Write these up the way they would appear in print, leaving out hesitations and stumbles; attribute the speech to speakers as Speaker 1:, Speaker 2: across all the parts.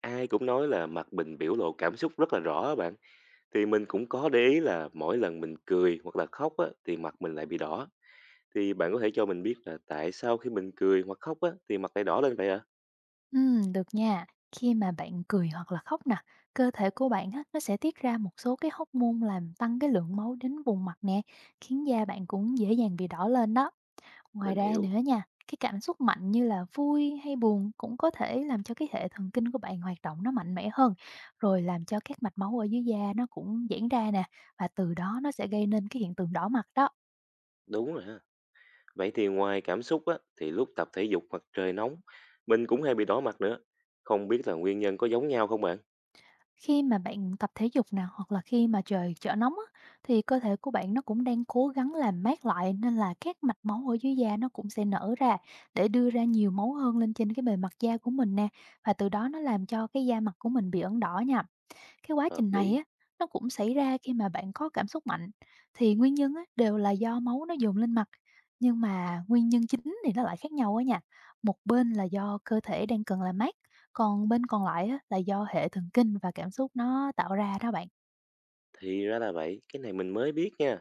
Speaker 1: Ai cũng nói là mặt mình biểu lộ cảm xúc rất là rõ á bạn. Thì mình cũng có để ý là mỗi lần mình cười hoặc là khóc á, thì mặt mình lại bị đỏ. Thì bạn có thể cho mình biết là tại sao khi mình cười hoặc khóc á, thì mặt lại đỏ lên vậy ạ?
Speaker 2: Được nha. Khi mà bạn cười hoặc là khóc nè, cơ thể của bạn á, nó sẽ tiết ra một số cái hormone làm tăng cái lượng máu đến vùng mặt nè, khiến da bạn cũng dễ dàng bị đỏ lên đó. Ngoài
Speaker 1: Mình
Speaker 2: ra nữa
Speaker 1: hiểu.
Speaker 2: nha, cái cảm xúc mạnh như là vui hay buồn cũng có thể làm cho cái hệ thần kinh của bạn hoạt động nó mạnh mẽ hơn, rồi làm cho các mạch máu ở dưới da nó cũng giãn ra nè, và từ đó nó sẽ gây nên cái hiện tượng đỏ mặt đó.
Speaker 1: Đúng rồi ha. Vậy thì ngoài cảm xúc á, thì lúc tập thể dục hoặc trời nóng, mình cũng hay bị đỏ mặt nữa. Không biết là nguyên nhân có giống nhau không bạn?
Speaker 2: Khi mà bạn tập thể dục nào hoặc là khi mà trời trở nóng á, thì cơ thể của bạn nó cũng đang cố gắng làm mát lại nên là các mạch máu ở dưới da nó cũng sẽ nở ra để đưa ra nhiều máu hơn lên trên cái bề mặt da của mình nè. Và từ đó nó làm cho cái da mặt của mình bị ẩn đỏ nha. Cái quá
Speaker 1: Hợp
Speaker 2: trình này
Speaker 1: lý.
Speaker 2: á, nó cũng xảy ra khi mà bạn có cảm xúc mạnh, thì nguyên nhân á, đều là do máu nó dồn lên mặt, nhưng mà nguyên nhân chính thì nó lại khác nhau á nha. Một bên là do cơ thể đang cần làm mát, còn bên còn lại á, là do hệ thần kinh và cảm xúc nó tạo ra đó bạn.
Speaker 1: Thì ra là vậy, cái này mình mới biết nha.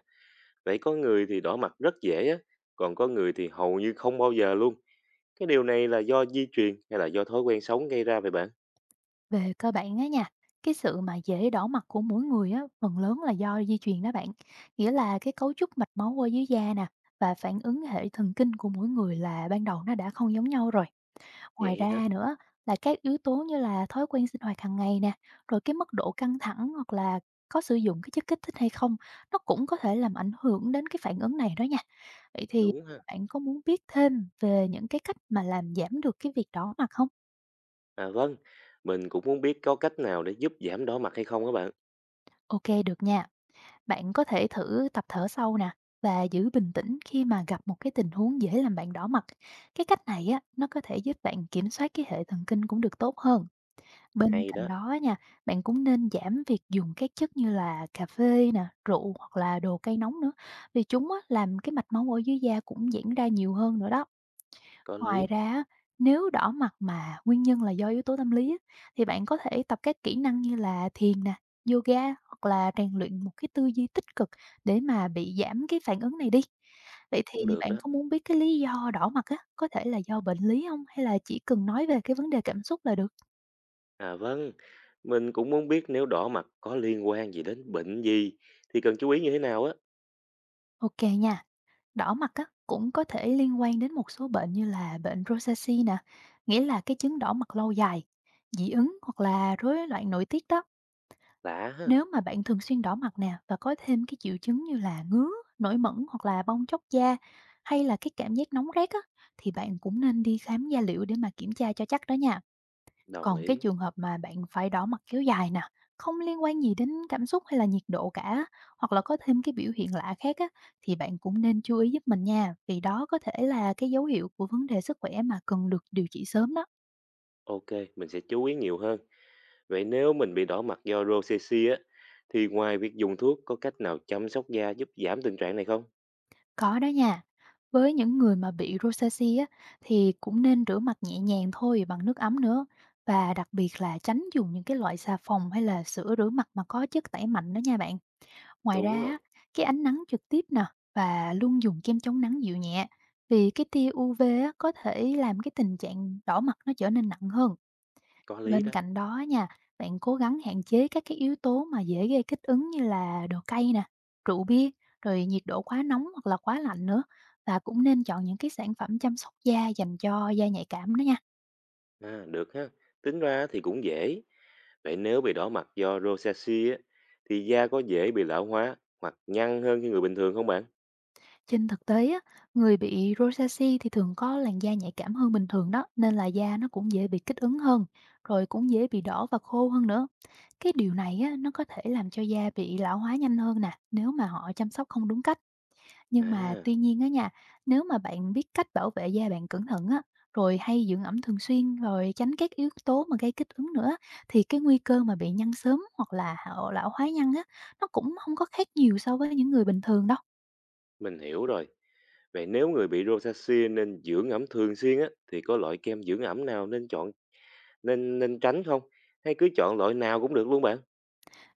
Speaker 1: Vậy có người thì đỏ mặt rất dễ á, còn có người thì hầu như không bao giờ luôn. Cái điều này là do di truyền hay là do thói quen sống gây ra vậy bạn?
Speaker 2: Về cơ bản á nha, cái sự mà dễ đỏ mặt của mỗi người á, phần lớn là do di truyền đó bạn. Nghĩa là cái cấu trúc mạch máu ở dưới da nè, và phản ứng hệ thần kinh của mỗi người là ban đầu nó đã không giống nhau rồi. Ngoài
Speaker 1: Vậy hả?
Speaker 2: ra nữa là các yếu tố như là thói quen sinh hoạt hàng ngày nè, rồi cái mức độ căng thẳng hoặc là có sử dụng cái chất kích thích hay không, nó cũng có thể làm ảnh hưởng đến cái phản ứng này đó nha. Vậy thì
Speaker 1: Đúng ha.
Speaker 2: bạn có muốn biết thêm về những cái cách mà làm giảm được cái việc đỏ mặt không?
Speaker 1: À vâng, mình cũng muốn biết có cách nào để giúp giảm đỏ mặt hay không các bạn.
Speaker 2: OK, được nha. Bạn có thể thử tập thở sâu nè và giữ bình tĩnh khi mà gặp một cái tình huống dễ làm bạn đỏ mặt. Cái cách này á, nó có thể giúp bạn kiểm soát cái hệ thần kinh cũng được tốt hơn. Bên
Speaker 1: Hay
Speaker 2: cạnh
Speaker 1: đó,
Speaker 2: đó á nha, bạn cũng nên giảm việc dùng các chất như là cà phê nè, rượu hoặc là đồ cay nóng nữa, vì chúng á, làm cái mạch máu ở dưới da cũng giãn ra nhiều hơn nữa đó.
Speaker 1: có
Speaker 2: Ngoài
Speaker 1: lý,
Speaker 2: ra, á, nếu đỏ mặt mà nguyên nhân là do yếu tố tâm lý á, thì bạn có thể tập các kỹ năng như là thiền nè, yoga hoặc là rèn luyện một cái tư duy tích cực để mà bị giảm cái phản ứng này đi. Vậy thì
Speaker 1: cũng được
Speaker 2: bạn
Speaker 1: đó.
Speaker 2: có muốn biết cái lý do đỏ mặt á, có thể là do bệnh lý không hay là chỉ cần nói về cái vấn đề cảm xúc là được?
Speaker 1: À vâng, mình cũng muốn biết nếu đỏ mặt có liên quan gì đến bệnh gì thì cần chú ý như thế nào á.
Speaker 2: Ok nha. Đỏ mặt á, cũng có thể liên quan đến một số bệnh như là bệnh rosacea nè, nghĩa là cái chứng đỏ mặt lâu dài, dị ứng hoặc là rối loạn nội tiết đó.
Speaker 1: Lạ ha,
Speaker 2: Nếu mà bạn thường xuyên đỏ mặt nè và có thêm cái triệu chứng như là ngứa, nổi mẩn hoặc là bong chóc da hay là cái cảm giác nóng rát á, thì bạn cũng nên đi khám da liễu để mà kiểm tra cho chắc đó nha.
Speaker 1: đồng
Speaker 2: Còn cái
Speaker 1: ý.
Speaker 2: trường hợp mà bạn phải đỏ mặt kéo dài nè, không liên quan gì đến cảm xúc hay là nhiệt độ cả, hoặc là có thêm cái biểu hiện lạ khác á, thì bạn cũng nên chú ý giúp mình nha, vì đó có thể là cái dấu hiệu của vấn đề sức khỏe mà cần được điều trị sớm đó.
Speaker 1: Ok, mình sẽ chú ý nhiều hơn. Vậy nếu mình bị đỏ mặt do rosacea á, thì ngoài việc dùng thuốc có cách nào chăm sóc da giúp giảm tình trạng này không?
Speaker 2: Có đó nha. Với những người mà bị rosacea á, thì cũng nên rửa mặt nhẹ nhàng thôi bằng nước ấm nữa. Và đặc biệt là tránh dùng những cái loại xà phòng hay là sữa rửa mặt mà có chất tẩy mạnh đó nha bạn. Ngoài ra
Speaker 1: Đúng rồi,
Speaker 2: á, cái ánh nắng trực tiếp nè và luôn dùng kem chống nắng dịu nhẹ vì cái tia UV á, có thể làm cái tình trạng đỏ mặt nó trở nên nặng hơn.
Speaker 1: có lý
Speaker 2: Bên
Speaker 1: đó.
Speaker 2: cạnh đó á nha, bạn cố gắng hạn chế các cái yếu tố mà dễ gây kích ứng như là đồ cay nè, rượu bia, rồi nhiệt độ quá nóng hoặc là quá lạnh nữa và cũng nên chọn những cái sản phẩm chăm sóc da dành cho da nhạy cảm đó nha.
Speaker 1: À, được ha. Tính ra thì cũng dễ. Vậy nếu bị đỏ mặt do rosacea á, thì da có dễ bị lão hóa hoặc nhăn hơn như người bình thường không bạn?
Speaker 2: Trên thực tế á, người bị rosacea thì thường có làn da nhạy cảm hơn bình thường đó, nên là da nó cũng dễ bị kích ứng hơn, rồi cũng dễ bị đỏ và khô hơn nữa. Cái điều này á, nó có thể làm cho da bị lão hóa nhanh hơn nè, nếu mà họ chăm sóc không đúng cách. Nhưng mà
Speaker 1: À,
Speaker 2: tuy nhiên á nha, nếu mà bạn biết cách bảo vệ da bạn cẩn thận á, rồi hay dưỡng ẩm thường xuyên, rồi tránh các yếu tố mà gây kích ứng nữa, thì cái nguy cơ mà bị nhăn sớm hoặc là họ lão hóa nhăn á, nó cũng không có khác nhiều so với những người bình thường đâu.
Speaker 1: mình hiểu rồi. Vậy nếu người bị rosacea nên dưỡng ẩm thường xuyên á thì có loại kem dưỡng ẩm nào nên chọn nên nên tránh không? Hay cứ chọn loại nào cũng được luôn bạn?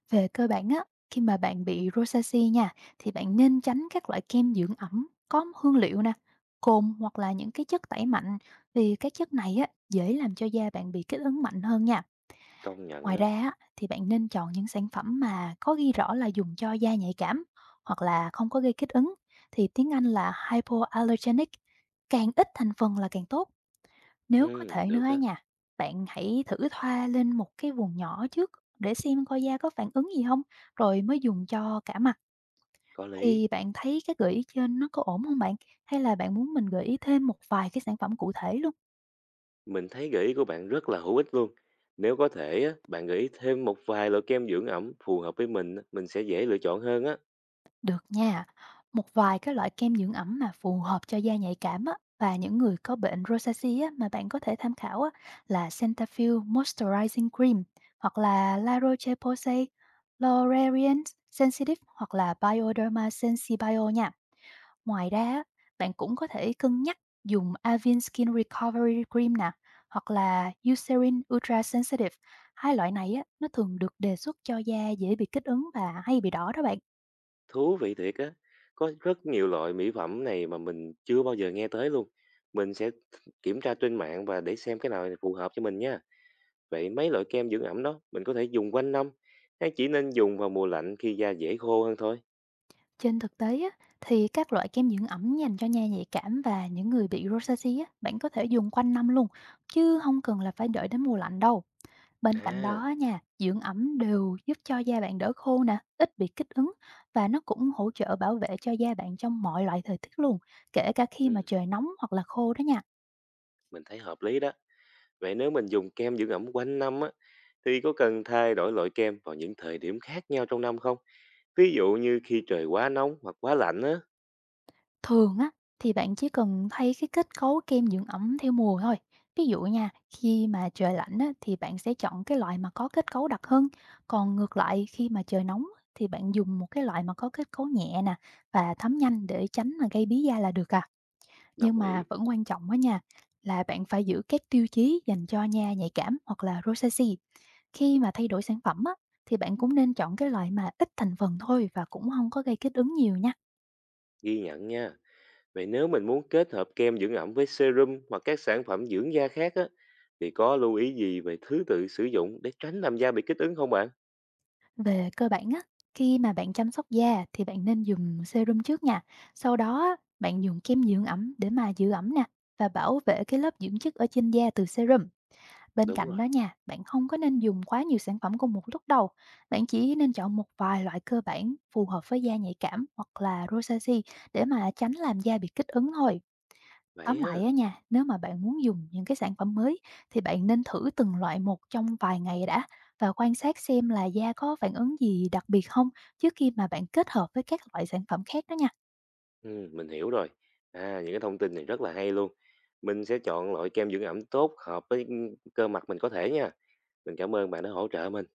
Speaker 2: Về cơ bản á, khi mà bạn bị rosacea nha, thì bạn nên tránh các loại kem dưỡng ẩm có hương liệu nè, cồn hoặc là những cái chất tẩy mạnh vì các chất này á dễ làm cho da bạn bị kích ứng mạnh hơn nha.
Speaker 1: Công nhận
Speaker 2: Ngoài
Speaker 1: đó.
Speaker 2: ra á, thì bạn nên chọn những sản phẩm mà có ghi rõ là dùng cho da nhạy cảm hoặc là không có gây kích ứng thì tiếng Anh là hypoallergenic, càng ít thành phần là càng tốt. Nếu có
Speaker 1: Ừ,
Speaker 2: thể nữa
Speaker 1: được
Speaker 2: á
Speaker 1: á,
Speaker 2: nha, bạn hãy thử thoa lên một cái vùng nhỏ trước để xem coi da có phản ứng gì không rồi mới dùng cho cả mặt.
Speaker 1: có lý.
Speaker 2: Thì bạn thấy cái gợi ý trên nó có ổn không bạn? Hay là bạn muốn mình gợi ý thêm một vài cái sản phẩm cụ thể luôn?
Speaker 1: Mình thấy gợi ý của bạn rất là hữu ích luôn. Nếu có thể á, bạn gợi ý thêm một vài loại kem dưỡng ẩm phù hợp với mình, á, mình sẽ dễ lựa chọn hơn á.
Speaker 2: Được nha. Một vài cái loại kem dưỡng ẩm mà phù hợp cho da nhạy cảm á, và những người có bệnh rosacea á, mà bạn có thể tham khảo á, là Cetaphil Moisturizing Cream hoặc là La Roche-Posay L'Oreal Sensitive hoặc là Bioderma Sensibio nha. Ngoài ra, á, bạn cũng có thể cân nhắc dùng Avène Skin Recovery Cream nè hoặc là Eucerin Ultra Sensitive. Hai loại này á, nó thường được đề xuất cho da dễ bị kích ứng và hay bị đỏ đó bạn.
Speaker 1: Thú vị thiệt á, có rất nhiều loại mỹ phẩm này mà mình chưa bao giờ nghe tới luôn. Mình sẽ kiểm tra trên mạng và để xem cái nào phù hợp cho mình nha. Vậy mấy loại kem dưỡng ẩm đó mình có thể dùng quanh năm hay chỉ nên dùng vào mùa lạnh khi da dễ khô hơn thôi?
Speaker 2: Trên thực tế á, thì các loại kem dưỡng ẩm dành cho da nhạy cảm và những người bị rosacea á, bạn có thể dùng quanh năm luôn, chứ không cần là phải đợi đến mùa lạnh đâu. Bên cạnh đó
Speaker 1: À,
Speaker 2: á nha, dưỡng ẩm đều giúp cho da bạn đỡ khô nè, ít bị kích ứng và nó cũng hỗ trợ bảo vệ cho da bạn trong mọi loại thời tiết luôn, kể cả khi mà
Speaker 1: ừ,
Speaker 2: trời nóng hoặc là khô đó nha.
Speaker 1: mình thấy hợp lý đó. Vậy nếu mình dùng kem dưỡng ẩm quanh năm á thì có cần thay đổi loại kem vào những thời điểm khác nhau trong năm không? Ví dụ như khi trời quá nóng hoặc quá lạnh á.
Speaker 2: Thường á, thì bạn chỉ cần thay cái kết cấu kem dưỡng ẩm theo mùa thôi. Ví dụ nha, khi mà trời lạnh á, thì bạn sẽ chọn cái loại mà có kết cấu đặc hơn. Còn ngược lại, khi mà trời nóng á, thì bạn dùng một cái loại mà có kết cấu nhẹ nè và thấm nhanh để tránh là gây bí da là được à. Nhưng
Speaker 1: Đồng ý,
Speaker 2: mà vẫn quan trọng á nha, là bạn phải giữ các tiêu chí dành cho da nhạy cảm hoặc là rosacea. Khi mà thay đổi sản phẩm á, thì bạn cũng nên chọn cái loại mà ít thành phần thôi và cũng không có gây kích ứng nhiều nha.
Speaker 1: ghi nhận nha. Vậy nếu mình muốn kết hợp kem dưỡng ẩm với serum hoặc các sản phẩm dưỡng da khác á, thì có lưu ý gì về thứ tự sử dụng để tránh làm da bị kích ứng không bạn?
Speaker 2: Về cơ bản á, khi mà bạn chăm sóc da thì bạn nên dùng serum trước nha. Sau đó á, bạn dùng kem dưỡng ẩm để mà giữ ẩm nè và bảo vệ cái lớp dưỡng chất ở trên da từ serum. Bên
Speaker 1: Đúng
Speaker 2: cạnh
Speaker 1: rồi,
Speaker 2: đó nha, bạn không có nên dùng quá nhiều sản phẩm cùng một lúc đâu. Bạn chỉ nên chọn một vài loại cơ bản phù hợp với da nhạy cảm hoặc là rosacea để mà tránh làm da bị kích ứng thôi. Tóm
Speaker 1: vậy
Speaker 2: lại á
Speaker 1: ha.
Speaker 2: nha, nếu mà bạn muốn dùng những cái sản phẩm mới thì bạn nên thử từng loại một trong vài ngày đã và quan sát xem là da có phản ứng gì đặc biệt không trước khi mà bạn kết hợp với các loại sản phẩm khác đó nha.
Speaker 1: Ừ, mình hiểu rồi. À, những cái thông tin này rất là hay luôn. Mình sẽ chọn loại kem dưỡng ẩm tốt hợp với cơ mặt mình có thể nha. Mình cảm ơn bạn đã hỗ trợ mình.